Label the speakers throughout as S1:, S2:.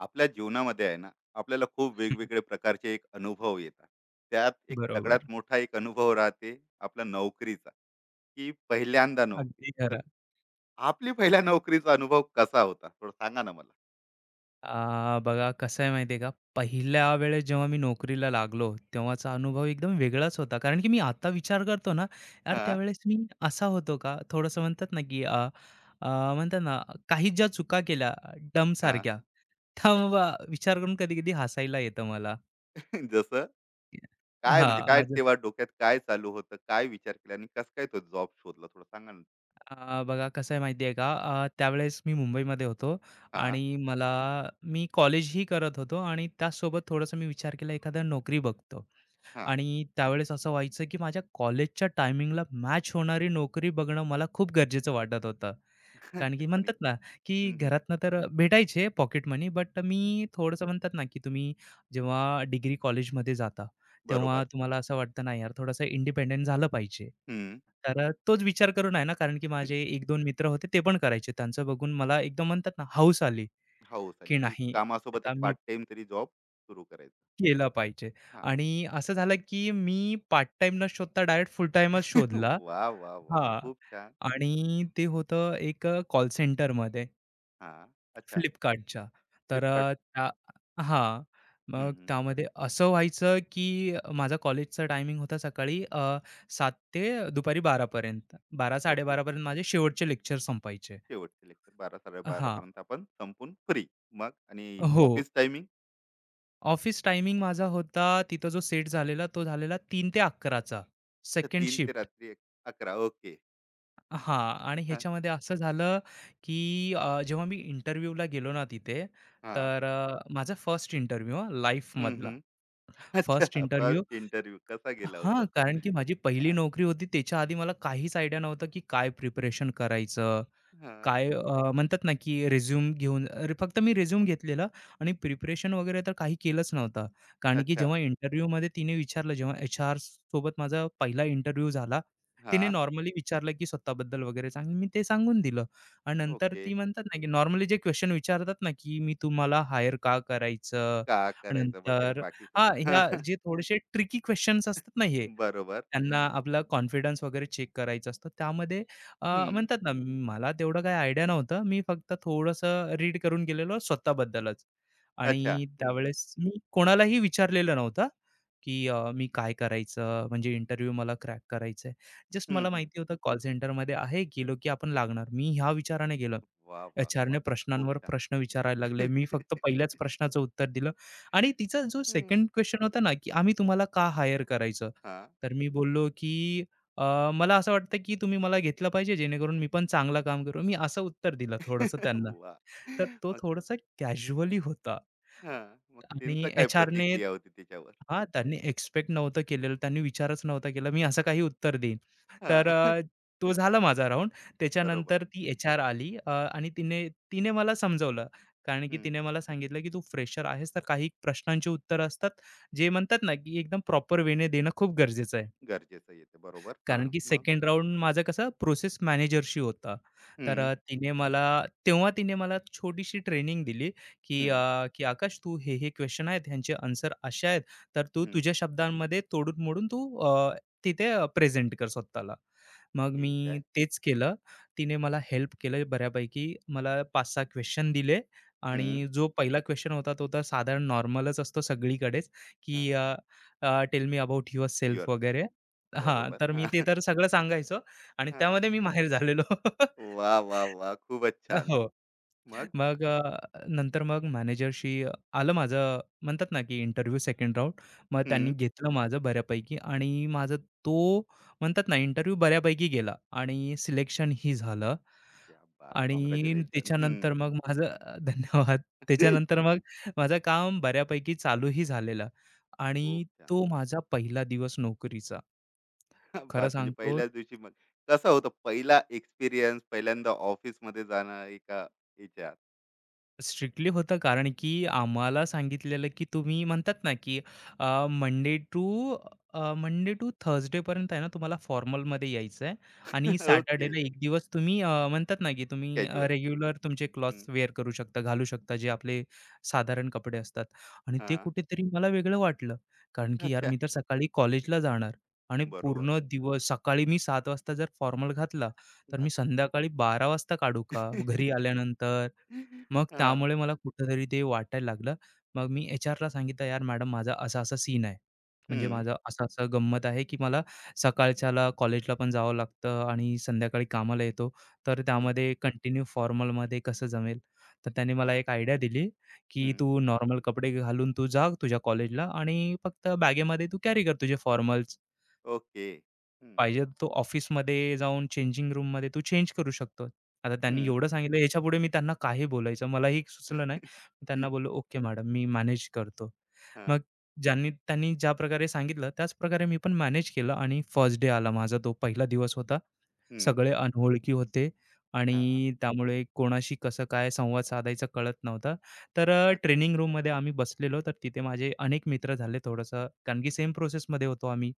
S1: आपल्या जीवनामध्ये आहे ना आपल्याला खूप वेगवेगळे प्रकारचे एक अनुभव येतात त्यात एक सगळ्यात
S2: बरोबर.
S1: मोठा एक अनुभव राहते आपला नोकरीचा की पहिल्यांदा नोकरी
S2: अगदी
S1: तर
S2: खरं.
S1: आपली पहिल्या नोकरीचा अनुभव कसा होता थोडं सांगा ना मला.
S2: बघा कसं आहे माहिती आहे का, पहिल्या वेळेस जेव्हा मी नोकरीला लागलो, तेव्हाचा अनुभव एकदम वेगळाच होता. कारण की मी आता विचार करतो ना, यार
S1: हा
S2: त्यावेळेस मी असा होतो का? थोडंसं म्हणतात ना, की अ, अ, म्हणतात ना, काही ज्या चुका केल्या
S1: हा
S2: डंबसारख्या,
S1: हा.
S2: त्या विचार करून कधी-कधी हसायला येतं मला.
S1: जसं काय म्हणजे काय
S2: हां.
S1: तेव्हा डोक्यात काय चालू होतं, काय विचार केला आणि कसं काय तो जॉब शोधला, थोडं सांगा ना.
S2: बघा कसं आहे माहिती आहे का. त्यावेळेस मी मुंबईमध्ये होतो आणि
S1: हा
S2: मला मी कॉलेजही करत होतो आणि त्याचसोबत थोडंसं मी विचार केला एखाद्या नोकरी बघतो.
S1: हा.
S2: आणि त्यावेळेस असं व्हायचं की माझ्या कॉलेजच्या टायमिंगला मॅच होणारी नोकरी बघणं मला खूप गरजेचं वाटत होतं. कारण की
S1: अच्छा, आणि
S2: म्हणतात ना, की
S1: हम्म.
S2: घरातनं तर भेटायचे पॉकेट मनी, बट मी थोडंसं म्हणतात ना, की तुम्ही जेव्हा डिग्री कॉलेजमध्ये जाता, तेव्हा
S1: बरोबर.
S2: तुम्हाला असं वाटतं, "नाही यार, थोडंसं इंडिपेंडेंट झालं पाहिजे."
S1: हम्म.
S2: तर तोच विचार करून आहे ना, कारण की माझे एक दोन मित्र होते, ते पण करायचे. त्यांचं बघून मला एकदम म्हणतात ना, हौस आली,
S1: हो, चालेल
S2: की
S1: की
S2: "नाही,
S1: कामासोबत
S2: आता
S1: एक
S2: मी
S1: पार्ट टाइम तरी जॉब सुरू करायचा.
S2: केलं पाहिजे."
S1: हां.
S2: आणि असं झालं, की मी पार्ट टाईम न शोधता डायरेक्ट फुल टाईमच शोधला.
S1: वाह! वाह! वाह!
S2: हां.
S1: खूप छान.
S2: आणि ते होतं एक कॉल सेंटरमध्ये.
S1: हां. अच्छा.
S2: फ्लिपकार्टच्या. तर
S1: Flipkart.
S2: त्या हां.
S1: हं,
S2: मग
S1: हं.
S2: त्यामध्ये असं व्हायचं, की माझा कॉलेजचा टायमिंग होता सकाळी 7 ते दुपारी 12 बारा
S1: ओके.
S2: 12-12:30 पर्यंत माझे शेवटचे लेक्चर संपायचे.
S1: शेवटचे लेक्चर 12:00-12:30
S2: हां.
S1: पर्यंत आपण संपून फ्री. मग आणि
S2: हो.
S1: Office timing?
S2: ऑफिस टायमिंग माझा होता तिथं जो सेट झालेला तो झालेला 3 ते 11
S1: अच्छा,
S2: सेकंड
S1: तीन ते
S2: शिफ्ट.
S1: रात्री अकरा ओके.
S2: हां. आणि
S1: हां,
S2: ह्याच्यामध्ये असं झालं, की जेव्हा मी इंटरव्ह्यूला गेलो ना तिथे,
S1: हां.
S2: तर माझा फर्स्ट इंटरव्ह्यू हां,
S1: हं,
S2: लाईफमधला.
S1: हं.
S2: फर्स्ट
S1: अच्छा,
S2: इंटरव्ह्यू
S1: फर्स्ट इंटरव्ह्यू कसा गेला होता
S2: हां,
S1: तो?
S2: कारण की माझी पहिली
S1: काय?
S2: नोकरी होती त्याच्या आधी मला काहीच आयडिया नव्हतं, की काय प्रिपरेशन करायचं?
S1: हां.
S2: काय म्हणतात ना, की रिझ्यूम घेऊन अरे, फक्त मी रिझ्यूम घेतलेला आणि प्रिपरेशन वगैरे तर काही केलंच नव्हतं. कारण की
S1: अच्छा.
S2: जेव्हा इंटरव्ह्यूमध्ये तिने विचारलं, जेव्हा एच-आर सोबत माझा पहिला इंटरव्ह्यू झाला, तिने
S1: हां.
S2: नॉर्मली विचारलं, की स्वतःबद्दल वगैरे सांग. मी ते सांगून दिलं आणि नंतर
S1: ओके.
S2: ती म्हणतात ना, की नॉर्मली जे क्वेशन विचारतात ना, की मी तुम्हाला हायर का करायचं?
S1: का करायचं वगैरे
S2: नंतर
S1: बाकी
S2: हां,
S1: सगळं.
S2: ह्या जे थोडेसे ट्रिकी क्वेशन्स असतात ना हे,
S1: बरोबर.
S2: त्यांना आपला कॉन्फिडन्स वगैरे चेक करायचं असतं. त्यामध्ये
S1: हं.
S2: म्हणतात ना, मला तेवढं काही आयडिया नव्हतं. मी फक्त थोडंसं रीड करून गेलेलो स्वतःबद्दलच
S1: अच्छा.
S2: आणि
S1: हं.
S2: त्यावेळेस मी कोणालाही विचारलेलं नव्हतं. की मी काय करायचं? म्हणजे इंटरव्ह्यू मला क्रॅक करायचा आहे. जस्ट
S1: हं,
S2: मला
S1: हं.
S2: माहिती होतं कॉल सेंटरमध्ये आहे, गेलो की आपण लागणार. मी ह्या विचाराने गेलो.
S1: वाह! वाह!
S2: एचआरने
S1: वाह! खूप
S2: प्रश्नांवर
S1: छान.
S2: प्रश्न विचारायला लागले. मी फक्त पहिल्याच प्रश्नाचं उत्तर दिलं आणि तिचा जो
S1: हं.
S2: सेकंड क्वेशन होता ना, की आम्ही तुम्हाला का हायर करायचं?
S1: हां.
S2: तर मी बोललो की मला असं वाटतं की तुम्ही मला घेतलं पाहिजे जेणेकरून मी पण चांगलं काम करू. मी असं उत्तर दिलं
S1: वाह!
S2: थोडंसं त्यांना. तर तो
S1: मग?
S2: थोडासा कॅज्युअली होता.
S1: हां. मग त्यांचं
S2: आणि
S1: काय
S2: एचआरने
S1: प्रतिक्रिया होती त्याच्यावर?
S2: हां, त्यांनी एक्स्पेक्ट नव्हतं केलेलं. त्यांनी विचारच नव्हता केला, मी असं काही उत्तर देईन.
S1: हां.
S2: तर तो झाला माझा राउंड.
S1: बरोबर.
S2: त्याच्यानंतर ती एचआर आली, आणि तिने तिने मला समजवलं. कारण की
S1: हं.
S2: तिने मला सांगितलं, की "तू फ्रेशर आहेस, तर काही प्रश्नांची उत्तरं असतात, जे म्हणतात ना, की एकदम प्रॉपर वेने देणं खूप गरजेचं आहे."
S1: गरजेचं येते. बरोबर. हां.
S2: कारण की
S1: मग?
S2: सेकंड राउंड माझा कसा प्रोसेस मॅनेजरशी होता. तर
S1: हं,
S2: अ, तिने मला तेव्हा तिने मला छोटीशी ट्रेनिंग दिली,
S1: हं,
S2: की "आकाश तू हे, हे क्वेश्चन आहेत, ह्यांचे आन्सर असे आहेत, तर तू
S1: हं.
S2: तुझ्या शब्दांमध्ये तोडून-मोडून तू अ, तिथे प्रेझेंट कर स्वतःला." मग
S1: ठीक
S2: मी
S1: आहे.
S2: तेच
S1: हं,
S2: केलं. तिने मला हेल्प केलं बऱ्यापैकी. मला 5-6 क्वेशन दिले
S1: हं.
S2: आणि जो पहिला क्वेशन होता तो तर साधारण नॉर्मलच असतो सगळीकडेच, की
S1: हां.
S2: "Tell me about yourself"
S1: yourself.
S2: वगैरे. हां,
S1: बरोबर.
S2: तर मी ते
S1: हां.
S2: तर सगळं सांगायचो आणि
S1: हां.
S2: त्यामध्ये मी माहिर झालेलो.
S1: वाह, वाह, वाह! खूपच छान.
S2: हो.
S1: मग?
S2: मग नंतर मग मॅनेजरशी आलं माझं म्हणतात ना, की इंटरव्ह्यू सेकंड राउंड. मग त्यांनी
S1: हं.
S2: घेतलं माझं बऱ्यापैकी आणि माझा तो म्हणतात ना, इंटरव्ह्यू बऱ्यापैकी गेला आणि सिलेक्शन ही झालं.
S1: क्या बात!
S2: आणि
S1: काँग्रॅच्युलेशन. हं.
S2: त्याच्यानंतर मग माझं धन्यवाद. त्याच्यानंतर मग माझं काम बऱ्यापैकी चालूही झालेलं आणि
S1: खूप छान.
S2: तो माझा पहिला दिवस नोकरीचा.
S1: क्या
S2: खरं
S1: बात! म्हणजे
S2: सांगतो
S1: पहिल्याच दिवशी मग कसं होतं पहिला एक्सपिरियन्स, पहिल्यांदा ऑफिसमध्ये जाणं एका याच्या.
S2: स्ट्रिक्टली होतं, कारण की आम्हाला सांगितलेलं की तुम्ही म्हणतात ना की मंडे टू मंडे टू थर्सडेपर्यंत आहे ना तुम्हाला फॉर्मलमध्ये यायचं आहे. आणि
S1: ओके.
S2: सॅटर्डेला एक दिवस तुम्ही म्हणतात ना की तुम्ही
S1: कॅज्युअल.
S2: रेग्युलर तुमचे क्लॉथ्स
S1: हं.
S2: वेअर करू शकता घालू शकता जे आपले साधारण कपडे असतात. आणि ते कुठेतरी मला वेगळं वाटलं, कारण की यार
S1: अच्छा.
S2: मी तर सकाळी कॉलेजला जाणार आणि
S1: बरोबर.
S2: पूर्ण दिवस, सकाळी मी सात वाजता जर फॉर्मल घातला तर मी
S1: घातला.
S2: संध्याकाळी बारा वाजता काढू का घरी आल्यानंतर? मग
S1: हां.
S2: त्यामुळे मला कुठेतरी ते वाटायला लागलं. मग मी एचआरला सांगितलं, "यार मॅडम, माझा असा-असा सीन आहे. म्हणजे
S1: हं.
S2: माझा असा-असा गंमत आहे, की मला सकाळच्याला कॉलेजला पण जावं लागतं आणि संध्याकाळी कामाला येतो. तर
S1: हं.
S2: त्यामध्ये कंटिन्यू फॉर्मलमध्ये कसं जमेल?" तर त्याने मला
S1: हां.
S2: एक आयडिया दिली, की
S1: हं.
S2: "तू नॉर्मल कपडे घालून तू जा तुझ्या कॉलेजला आणि फक्त बॅगेमध्ये तू कॅरी कर तुझे फॉर्मल्स.
S1: ओके. हं.
S2: पाहिजे तर तो ऑफिसमध्ये जाऊन चेंजिंग रूममध्ये तू चेंज करू शकतो." आता त्यांनी
S1: हं.
S2: एवढं सांगितलं, याच्यापुढे मी त्यांना काही बोलायचं मलाही सुचलं नाही. मी त्यांना बोललो, "ओके मॅडम, मी मॅनेज करतो."
S1: हां.
S2: मग ज्यांनी त्यांनी ज्या प्रकारे सांगितलं त्याच प्रकारे मी पण मॅनेज केलं आणि फर्स्ट डे आला, माझा तो पहिला दिवस होता.
S1: हं.
S2: सगळे अनोळखी होते
S1: हां.
S2: आणि त्यामुळे कोणाशी कसं काय संवाद साधायचा कळत नव्हता. तर
S1: अच्छा.
S2: ट्रेनिंग रूममध्ये आम्ही बसलेलो तर तिथे माझे अनेक मित्र झाले थोडंसं, कारण की सेम प्रोसेसमध्ये होतो आम्ही.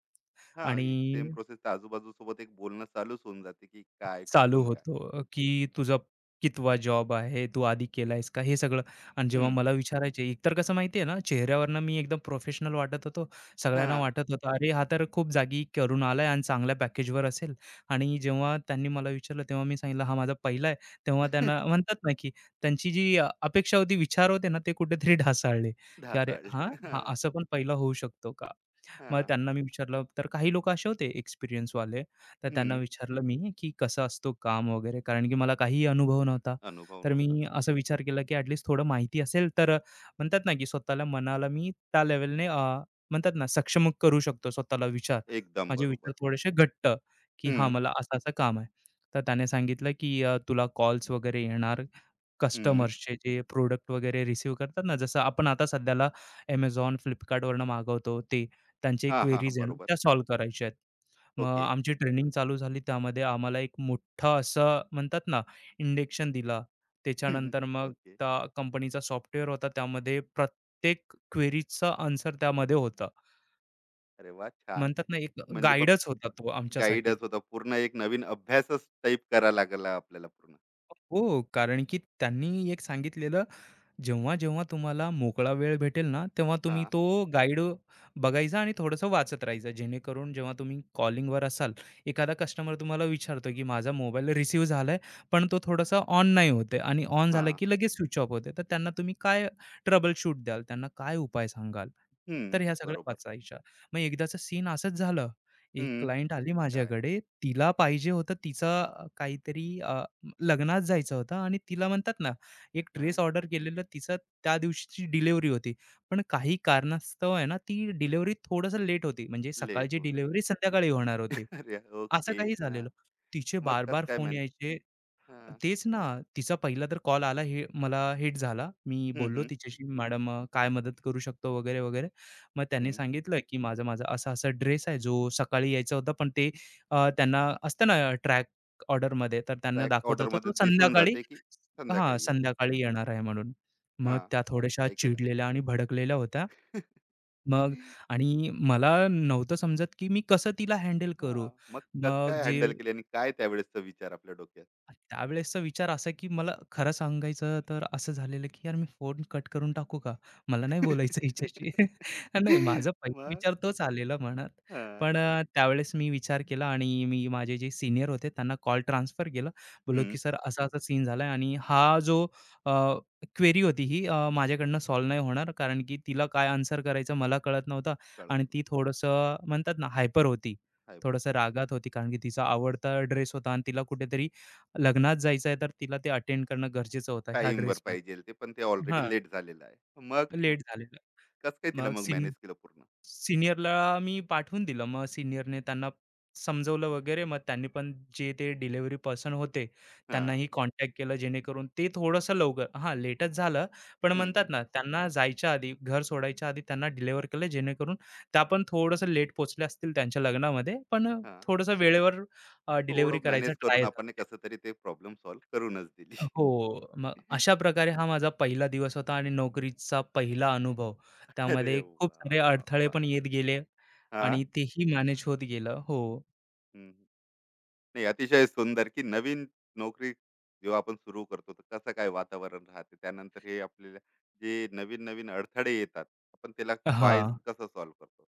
S1: हां. एक
S2: आणि
S1: सेम प्रोसेस तर आजूबाजूसोबत एक बोलणं चालूच होऊन जाते, की काय,
S2: चालू
S1: कुठून काय?
S2: होतो की तुझा कितवा जॉब आहे, तू आधी केलायस का? हे सगळं. आणि जेव्हा
S1: हं.
S2: मला विचारायचे, एकतर कसं माहिती आहे ना, चेहऱ्यावरनं मी एकदम प्रोफेशनल वाटत होतो. सगळ्यांना
S1: हां.
S2: वाटत होतं, "अरे, हा तर खूप जागी करून आलाय आणि चांगल्या पॅकेजवर असेल." आणि जेव्हा त्यांनी मला विचारलं, तेव्हा मी सांगितलं, "हा माझा पहिला आहे." तेव्हा त्यांना म्हणतात ना, की त्यांची जी अपेक्षा होती, विचार होते ना, ते कुठेतरी ढासळले, की "अरे, हां,
S1: ढासळले.
S2: हां,
S1: हां.
S2: असं पण पहिला होऊ शकतो का?" मग
S1: हां.
S2: त्यांना मी विचारलं, तर काही लोक असे होते एक्सपिरियन्सवाले, तर त्यांना
S1: हं.
S2: विचारलं मी, की कसं असतो काम वगैरे? कारण की मला काहीही अनुभव नव्हता.
S1: अनुभव
S2: तर
S1: नव्हता.
S2: मी असा विचार केला, की ॲटलीस्ट थोडं माहिती असेल तर म्हणतात ना, की स्वतःला मनाला मी त्या लेव्हलने म्हणतात ना, सक्षम करू शकतो स्वतःला विचार.
S1: एकदम
S2: माझे विचार
S1: बरोबर.
S2: थोडेसे घट्ट, की हां,
S1: हं.
S2: मला असं-असं काम आहे. तर त्याने सांगितलं, की तुला कॉल्स वगैरे येणार,
S1: हं.
S2: कस्टमर्सचे जे प्रोडक्ट वगैरे रिसीव्ह करतात ना, जसं आपण आता सध्याला Amazon, Flipkartवरनं मागवतो ते, त्यांचे
S1: हां, हां, हां.
S2: क्वेरीज आहे ना,
S1: बरोबर.
S2: त्या सॉल्व्ह करायच्या आहेत. मग
S1: ओके.
S2: आमची ट्रेनिंग चालू झाली. त्यामध्ये आम्हाला एक मोठा असा म्हणतात ना, इंडेक्शन दिला. त्याच्यानंतर मग
S1: ओके.
S2: त्या कंपनीचा सॉफ्टवेअर होता. त्यामध्ये प्रत्येक क्वेरीजचा आन्सर त्यामध्ये होता.
S1: अरे वाह! छान.
S2: म्हणतात ना, एक
S1: म्हणजे बघ,
S2: गाईडच होता तो आमच्यासाठी.
S1: गाईडच होता. पूर्ण एक नवीन अभ्यासच टाइप करा लागला आपल्याला पूर्ण.
S2: हो, कारण की त्यांनी एक सांगितलेलं, जेव्हा तुम्हाला मोकळा वेळ भेटेल ना, तेव्हा तुम्ही
S1: हां,
S2: तो गाईड बघायचा आणि थोडंसं वाचत राहायचं. जेणेकरून जेव्हा तुम्ही कॉलिंगवर असाल, एखादा कस्टमर तुम्हाला विचारतो, की माझा मोबाईल रिसीव्ह झालाय, पण तो थोडासा ऑन नाही होत आहे आणि ऑन झाला
S1: हां.
S2: की लगेच स्विच ऑफ होते. तर त्यांना तुम्ही काय ट्रबल शूट द्याल? त्यांना काय उपाय सांगाल?
S1: हं.
S2: तर ह्या सगळ्या
S1: बरोबर.
S2: वाचायच्या. मग एकदाचं सीन असंच झालं. एक
S1: हं.
S2: क्लायंट आली
S1: काय?
S2: माझ्याकडे. तिला पाहिजे होतं तिचा काहीतरी लग्नात जायचं होतं आणि तिला म्हणतात ना एक ड्रेस
S1: हं.
S2: ऑर्डर केलेलं तिचं, त्या दिवशीची डिलेवरी होती. पण काही कारणास्तव आहे ना, ती डिलिव्हरी थोडंसं लेट होती. म्हणजे
S1: लेट
S2: सकाळची
S1: होऊन राहिलं.
S2: डिलिव्हरी संध्याकाळी होणार होती.
S1: अरे
S2: असं
S1: ओके.
S2: काही
S1: हां.
S2: झालेलं. तिचे
S1: मग कसं
S2: बार-बार
S1: काय
S2: फोन
S1: मॅनेज?
S2: यायचे.
S1: हां.
S2: तेच ना, तिचा पहिला तर कॉल आला हे मला हिट झाला. मी
S1: हं,
S2: बोललो
S1: हं.
S2: तिच्याशी, "मॅडम काय मदत करू शकतो?" वगैरे, वगैरे. मग त्यांनी
S1: हं.
S2: सांगितलं, की "माझा माझा असा-असा ड्रेस आहे जो सकाळी यायचा होता, पण ते त्यांना असतं ना ट्रॅक ऑर्डरमध्ये, तर त्यांना
S1: ट्रॅक
S2: दाखवत होतं तो
S1: ऑर्डरमध्ये दिसून
S2: संध्याकाळी
S1: जाते, की
S2: हां,
S1: संध्याकाळी येत आहे.
S2: संध्याकाळी येणार आहे म्हणून." मग
S1: हां.
S2: त्या
S1: मग
S2: थोड्याशा
S1: काय केलं?
S2: चिडलेल्या आणि भडकलेल्या होत्या. मग आणि मला नव्हतं समजत, की मी कसं तिला हँडल करू.
S1: हां. मग कसं
S2: मग
S1: काय
S2: जे,
S1: हँडल केली आणि काय त्यावेळेसचा विचार आपल्या डोक्यात?
S2: त्यावेळेसचा विचार असा की मला खरं सांगायचं तर असं झालेलं की यार मी फोन कट करून टाकू का? मला नाही बोलायचं हिच्याशी. नाही, माझा पहिला
S1: मग?
S2: विचार तोच आलेला मनात.
S1: हां.
S2: पण त्यावेळेस मी विचार केला आणि मी माझे जे सीनियर होते त्यांना कॉल ट्रान्सफर केला. बोललो
S1: हं.
S2: की "सर असा-असा सीन झालाय आणि हा जो क्वेरी होती ही माझ्याकडनं सॉल्व्ह नाही होणार, कारण की तिला काय आन्सर करायचं मला कळत नव्हतं
S1: कळत
S2: आणि ती
S1: नाही.
S2: थोडंसं म्हणतात ना हायपर होती.
S1: काय?
S2: थोडंसं रागात होती, कारण की तिचा आवडता ड्रेस होता आणि तिला कुठेतरी लग्नात जायचं आहे, तर तिला ते अटेंड करणं गरजेचं होतं ह्या
S1: टाईमवर
S2: ड्रेसमध्ये.
S1: पाहिजेल ते, पण ते
S2: हां,
S1: ऑलरेडी लेट झालेलं आहे. मग मग
S2: लेट झालेलं.
S1: कसं काय तिला
S2: मग
S1: मग मॅनेज केलं पूर्ण?
S2: सीनियरला मी पाठवून दिलं. मग सीनियरने त्यांना समजवलं वगैरे. मग त्यांनी पण जे ते डिलिव्हरी पर्सन होते,
S1: हां.
S2: त्यांनाही कॉन्टॅक्ट केलं जेणेकरून ते थोडंसं लवकर, हां, लेटच झालं. पण
S1: हं,
S2: म्हणतात
S1: हं.
S2: ना, त्यांना जायच्या आधी, घर सोडायच्या आधी त्यांना डिलिव्हर केलं जेणेकरून त्या पण थोडंसं लेट पोहोचल्या असतील त्यांच्या लग्नामध्ये. पण
S1: हां.
S2: थोडंसं वेळेवर डिलिव्हरी
S1: थोडं
S2: करायचा
S1: मॅनेज
S2: ट्राय
S1: करून आपण हे
S2: झाला.
S1: कसं तरी ते प्रॉब्लेम सॉल्व्ह करूनच
S2: हो.
S1: दिली.
S2: मग अशा प्रकारे हा माझा पहिला दिवस होता आणि नोकरीचा पहिला अनुभव.
S1: अरे
S2: त्यामध्ये खूप
S1: वाह,
S2: सारे
S1: वाह,
S2: अडथळे
S1: वाह!
S2: पण येत गेले
S1: हां.
S2: आणि तेही मॅनेज होत गेलं. हो.
S1: हं. नाही, अतिशय सुंदर, की नवीन नोकरी जेव्हा आपण सुरू करतो, तर कसं काय वातावरण राहते. त्यानंतर हे आपल्याला जे नवीन-नवीन अडथळे येतात, आपण त्याला काय
S2: हां.
S1: कसं सॉल्व्ह करतो.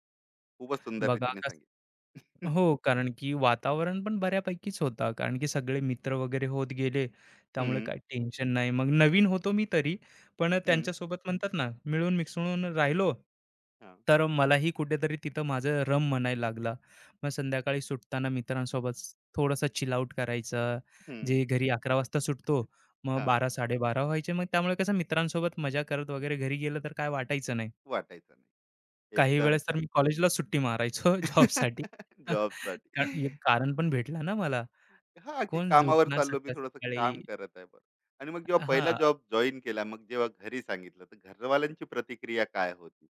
S1: खूपच सुंदर
S2: बघा
S1: रीतीने
S2: कस
S1: सांगितलं.
S2: हो, कारण की वातावरण पण बऱ्यापैकीच होता. कारण की सगळे मित्र वगैरे होत गेले, त्यामुळे
S1: हं,
S2: काही टेन्शन नाही. मग नवीन होतो मी तरी, पण
S1: हं.
S2: त्यांच्यासोबत म्हणतात ना, मिळून मिसळून राहिलो.
S1: हां.
S2: तर मलाही कुठेतरी तिथं माझं रम म्हणायला लागला. मग संध्याकाळी सुटताना मित्रांसोबत थोडासा चिल आउट करायचा.
S1: हं.
S2: जे घरी 11 वाजता सुटतो, मग
S1: हां.
S2: 12, 12:30 व्हायचे. मग त्यामुळे कसं मित्रांसोबत मजा करत वगैरे घरी गेलं तर काय वाटायचं नाही.
S1: वाटायचं नाही.
S2: काही
S1: एकदम
S2: वेळेस तर
S1: छान.
S2: मी कॉलेजला सुट्टी मारायचो जॉबसाठी.
S1: जॉब साठी
S2: कारण कारण पण भेटलं ना मला.
S1: हा, की
S2: कोण
S1: कामावर
S2: उठणार
S1: चाललो, मी थोडस
S2: सकाळ-सकाळी.
S1: काम करत आहे बरं. आणि मग जेव्हा
S2: हां,
S1: पहिला
S2: हां.
S1: जॉब जॉईन केला, मग जेव्हा घरी सांगितलं, तर घरवाल्यांची प्रतिक्रिया काय होती?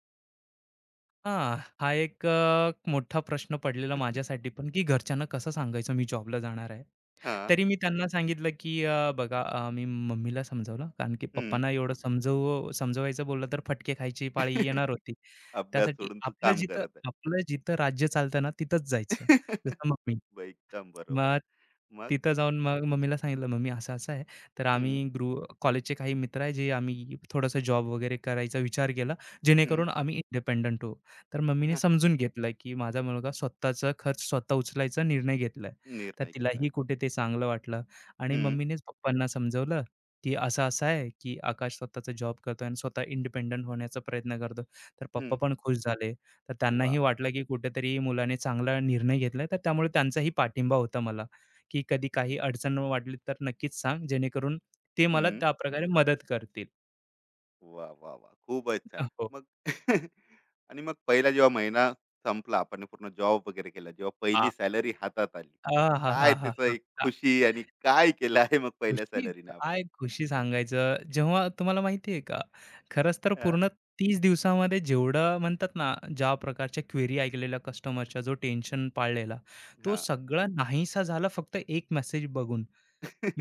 S2: हा. हा एक मोठा प्रश्न पडलेला माझ्यासाठी पण, की घरच्यांना कसं सांगायचं मी जॉबला जाणार आहे.
S1: हा.
S2: तरी मी त्यांना सांगितलं, की बघा, मी मम्मीला समजावलं कारण की
S1: हम्म.
S2: पप्पांना एवढं समजवायचं बोललं तर फटके खायची पाळी येणार होती.
S1: अभ्यास
S2: त्यासाठी
S1: सोडून तू
S2: आपलं
S1: काम
S2: जिथं
S1: करत आहे.
S2: आपलं जिथं राज्य चालतं ना तिथंच जायचं. जसं मम्मी
S1: एकदम बरोबर.
S2: मग
S1: मग.
S2: तिथं जाऊन मग मम्मीला सांगितलं, "मम्मी असं-असं आहे, तर
S1: हम्म.
S2: आम्ही कॉलेजचे काही मित्र आहे, जे आम्ही थोडासा जॉब वगैरे करायचा विचार केला,
S1: हम्म.
S2: जेणेकरून आम्ही इंडिपेंडंट होऊ." तर मम्मीने
S1: हा,
S2: समजून घेतलं, की माझा मुलगा स्वतःचा खर्च स्वतः उचलायचा निर्णय घेतलाय. तर
S1: निर्णय
S2: तिलाही
S1: घेतलाय.
S2: कुठे ते चांगलं वाटलं आणि
S1: हम्म.
S2: मम्मीनेच पप्पांना समजवलं, की असं-असं आहे, की आकाश स्वतःचा जॉब करतोय आणि स्वतः इंडिपेंडंट होण्याचा प्रयत्न करतो. तर पप्पा
S1: हम्म.
S2: पण खुश झाले. तर
S1: वा.
S2: त्यांनाही वाटलं, की कुठेतरी मुलाने चांगला निर्णय घेतलाय, तर त्यामुळे त्यांचाही पाठिंबा होता मला, की कधी काही अडचण वाटली तर नक्कीच सांग, जेणेकरून ते मला त्या प्रकारे मदत करतील.
S1: वाह! वाह! वाह! खूपच छान.
S2: हो.
S1: मग. आणि मग पहिला जेव्हा महिना संपला, आपण पूर्ण जॉब वगैरे केला. जेव्हा
S2: आ
S1: पहिली
S2: आहाहाहा!
S1: सॅलरी हातात आली,
S2: आ हा हा
S1: काय
S2: हा
S1: त्याचं
S2: हा.
S1: एक
S2: हा.
S1: खुशी आणि काय केलं आहे मग पहिल्या
S2: खुशी
S1: सॅलरीने आपण?
S2: काय खुशी सांगायचं, जेव्हा तुम्हाला माहिती आहे का, खरंच तर
S1: हां.
S2: पूर्ण 30 दिवसामध्ये जेवढं म्हणतात ना, ज्या प्रकारच्या क्वेरी ऐकलेल्या कस्टमरच्या, जो टेन्शन पाळलेला, तो
S1: हां.
S2: सगळा नाहीसा झाला फक्त एक मेसेज बघून.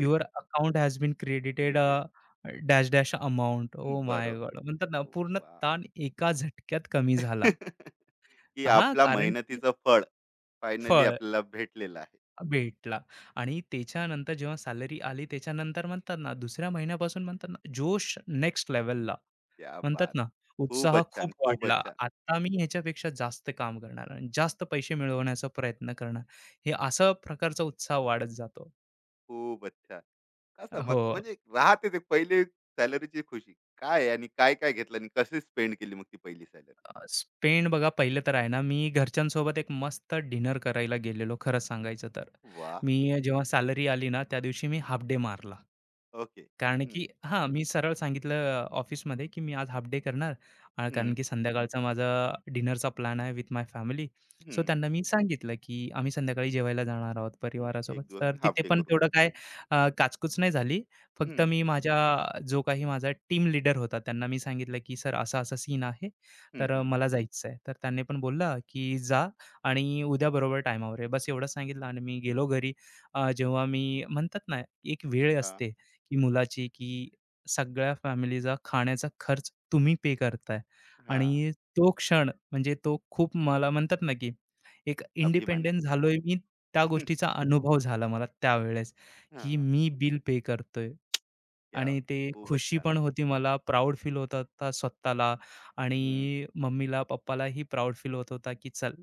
S2: Your account has been credited
S1: credit.
S2: Uh, dash dash amount. Oh my
S1: बरोबर.
S2: गॉड! म्हणतात ना पूर्ण
S1: वाह!
S2: ताण एका झटक्यात कमी झाला.
S1: की
S2: हां,
S1: आपला
S2: कारण की
S1: मेहनतीचं फळ फायनली
S2: फळ
S1: आपल्याला भेटलेलं आहे.
S2: भेटला आणि त्याच्यानंतर जेव्हा सॅलरी आली त्याच्यानंतर म्हणतात ना, दुसऱ्या महिन्यापासून म्हणतात ना, जोश नेक्स्ट लेव्हलला.
S1: क्या
S2: म्हणतात
S1: बात!
S2: ना, उत्साह
S1: खूपच
S2: खूप
S1: छान,
S2: वाढला.
S1: खूपच छान,
S2: आता मी ह्याच्यापेक्षा जास्त काम करणार आणि जास्त पैसे मिळवण्याचा प्रयत्न करणार. हे असा प्रकारचा उत्साह वाढत जातो.
S1: खूपच छान. कसं
S2: हो.
S1: मग म्हणजे राहते ते पहिले सॅलरीची खुशी काय आहे आणि काय काय घेतलं आणि कसे स्पेंड केली मग ती पहिली सॅलरी?
S2: स्पेंड बघा पहिलं तर आहे ना, मी घरच्यांसोबत एक मस्त डिनर करायला गेलेलो खरं सांगायचं तर.
S1: वा.
S2: मी जेव्हा सॅलरी आली ना, त्या दिवशी मी
S1: हं,
S2: हाल्फ डे मारला.
S1: ओके.
S2: कारण
S1: हं,
S2: की हां, मी सरळ सांगितलं ऑफिसमध्ये, की मी आज हाल्फ डे करणार. कारण
S1: हं,
S2: की संध्याकाळचा माझा डिनरचा प्लॅन आहे विथ माय फॅमिली.
S1: हं,
S2: सो त्यांना मी सांगितलं, की आम्ही संध्याकाळी जेवायला जाणार आहोत
S1: हं.
S2: परिवारासोबत.
S1: एक दिवस
S2: तर
S1: मी हाफ
S2: तिथे
S1: डे
S2: पण
S1: करून
S2: तेवढं
S1: जातो.
S2: काय काचकूच नाही झाली. फक्त
S1: हं,
S2: मी माझ्या जो काही माझा टीम लीडर होता त्यांना मी सांगितलं, की "सर असा-असा सीन आहे.
S1: हं,
S2: तर
S1: हं,
S2: मला जायचं आहे." तर त्यांनी पण बोलला, की "जा आणि उद्या बरोबर टायमावर ये." बस एवढं सांगितलं आणि मी
S1: हं.
S2: गेलो घरी. जेव्हा मी म्हणतात ना, एक वेळ
S1: हा.
S2: असते, की मुलाची, की सगळ्या फॅमिलीचा खाण्याचा खर्च तुम्ही पे करताय
S1: हा.
S2: आणि तो क्षण म्हणजे तो खूप मला म्हणतात ना, की एक
S1: अभिमानी.
S2: इंडिपेंडंट झालोय मी, त्या गोष्टीचा अनुभव झाला मला त्यावेळेस, की
S1: हा.
S2: मी बिल पे करतोय
S1: क्या.
S2: आणि ते
S1: खूप
S2: खुशी
S1: छान.
S2: पण होती मला, प्राउड फील होत होता स्वतःला
S1: ट्रीट.
S2: आणि मम्मीला, पप्पालाही प्राउड फील होत होता, की चल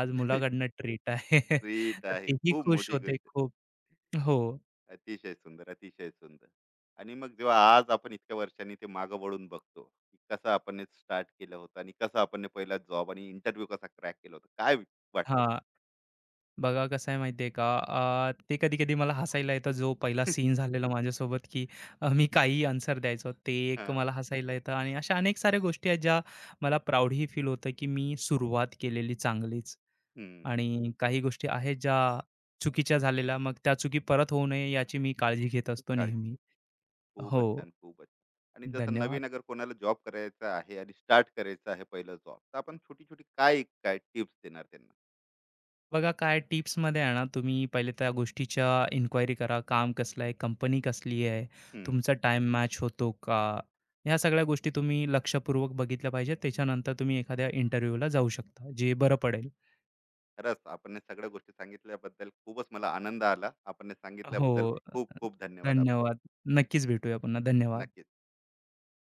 S2: आज मुलाकडनं ट्रीट आहे. तर
S1: आहे
S2: तेही
S1: खूप
S2: खुश
S1: मोठी
S2: होते
S1: गोष्ट आहे.
S2: खूप. हो.
S1: अतिशय सुंदर, अतिशय सुंदर. आणि मग जेव्हा आज आपण इतक्या वर्षांनी ते मागं वळून बघतो, की कसं आपण हे स्टार्ट केलं होतं आणि कसं आपण हे पहिला जॉब आणि इंटरव्ह्यू कसा क्रॅक केला होता. काय वाटते मग?
S2: हां. बघा कसं आहे माहिती का, ते कधी-कधी मला हसायला येतं. जो पहिला सीन झालेला माझ्यासोबत, की मी काहीही आन्सर द्यायचो, ते एक
S1: हां.
S2: मला हसायला येतं आणि अशा अनेक साऱ्या गोष्टी आहेत, ज्या मला प्राउडही फील होतं, की मी सुरुवात केलेली चांगलीच
S1: हं.
S2: आणि काही गोष्टी आहेत, ज्या चुकीच्या झालेल्या, मग त्या चुकी परत होऊ नये याची मी काळजी घेत
S1: खूप
S2: असतो
S1: काळजी
S2: नेहमी.
S1: घेतो. खूपच
S2: हो,
S1: छान, खूपच छान. आणि जसं
S2: धन्यवाद.
S1: नवीन अगर कोणाला जॉब करायचा आहे आणि स्टार्ट करायचा आहे पहिलं जॉब, तर आपण छोटी-छोटी काय, काय टिप्स देणार त्यांना?
S2: बघा काय टिप्समध्ये आहे ना, तुम्ही पहिले त्या गोष्टीच्या इन्क्वायरी करा, काम कसलं आहे, कंपनी कसली आहे,
S1: हं.
S2: तुमचा टाइम मॅच होतो का. ह्या सगळ्या गोष्टी तुम्ही लक्षपूर्वक बघितल्या पाहिजेत. त्याच्यानंतर तुम्ही एखाद्या इंटरव्ह्यूला जाऊ शकता, जे बरं पडेल.
S1: खरंच आपण या सगळ्या गोष्टी सांगितल्याबद्दल खूपच मला आनंद आला. आपण हे
S2: हो,
S1: सांगितल्याबद्दल खूप खूप धन्यवाद आपले.
S2: धन्यवाद. नक्कीच भेटूया पुन्हा. धन्यवाद.
S1: नक्कीच.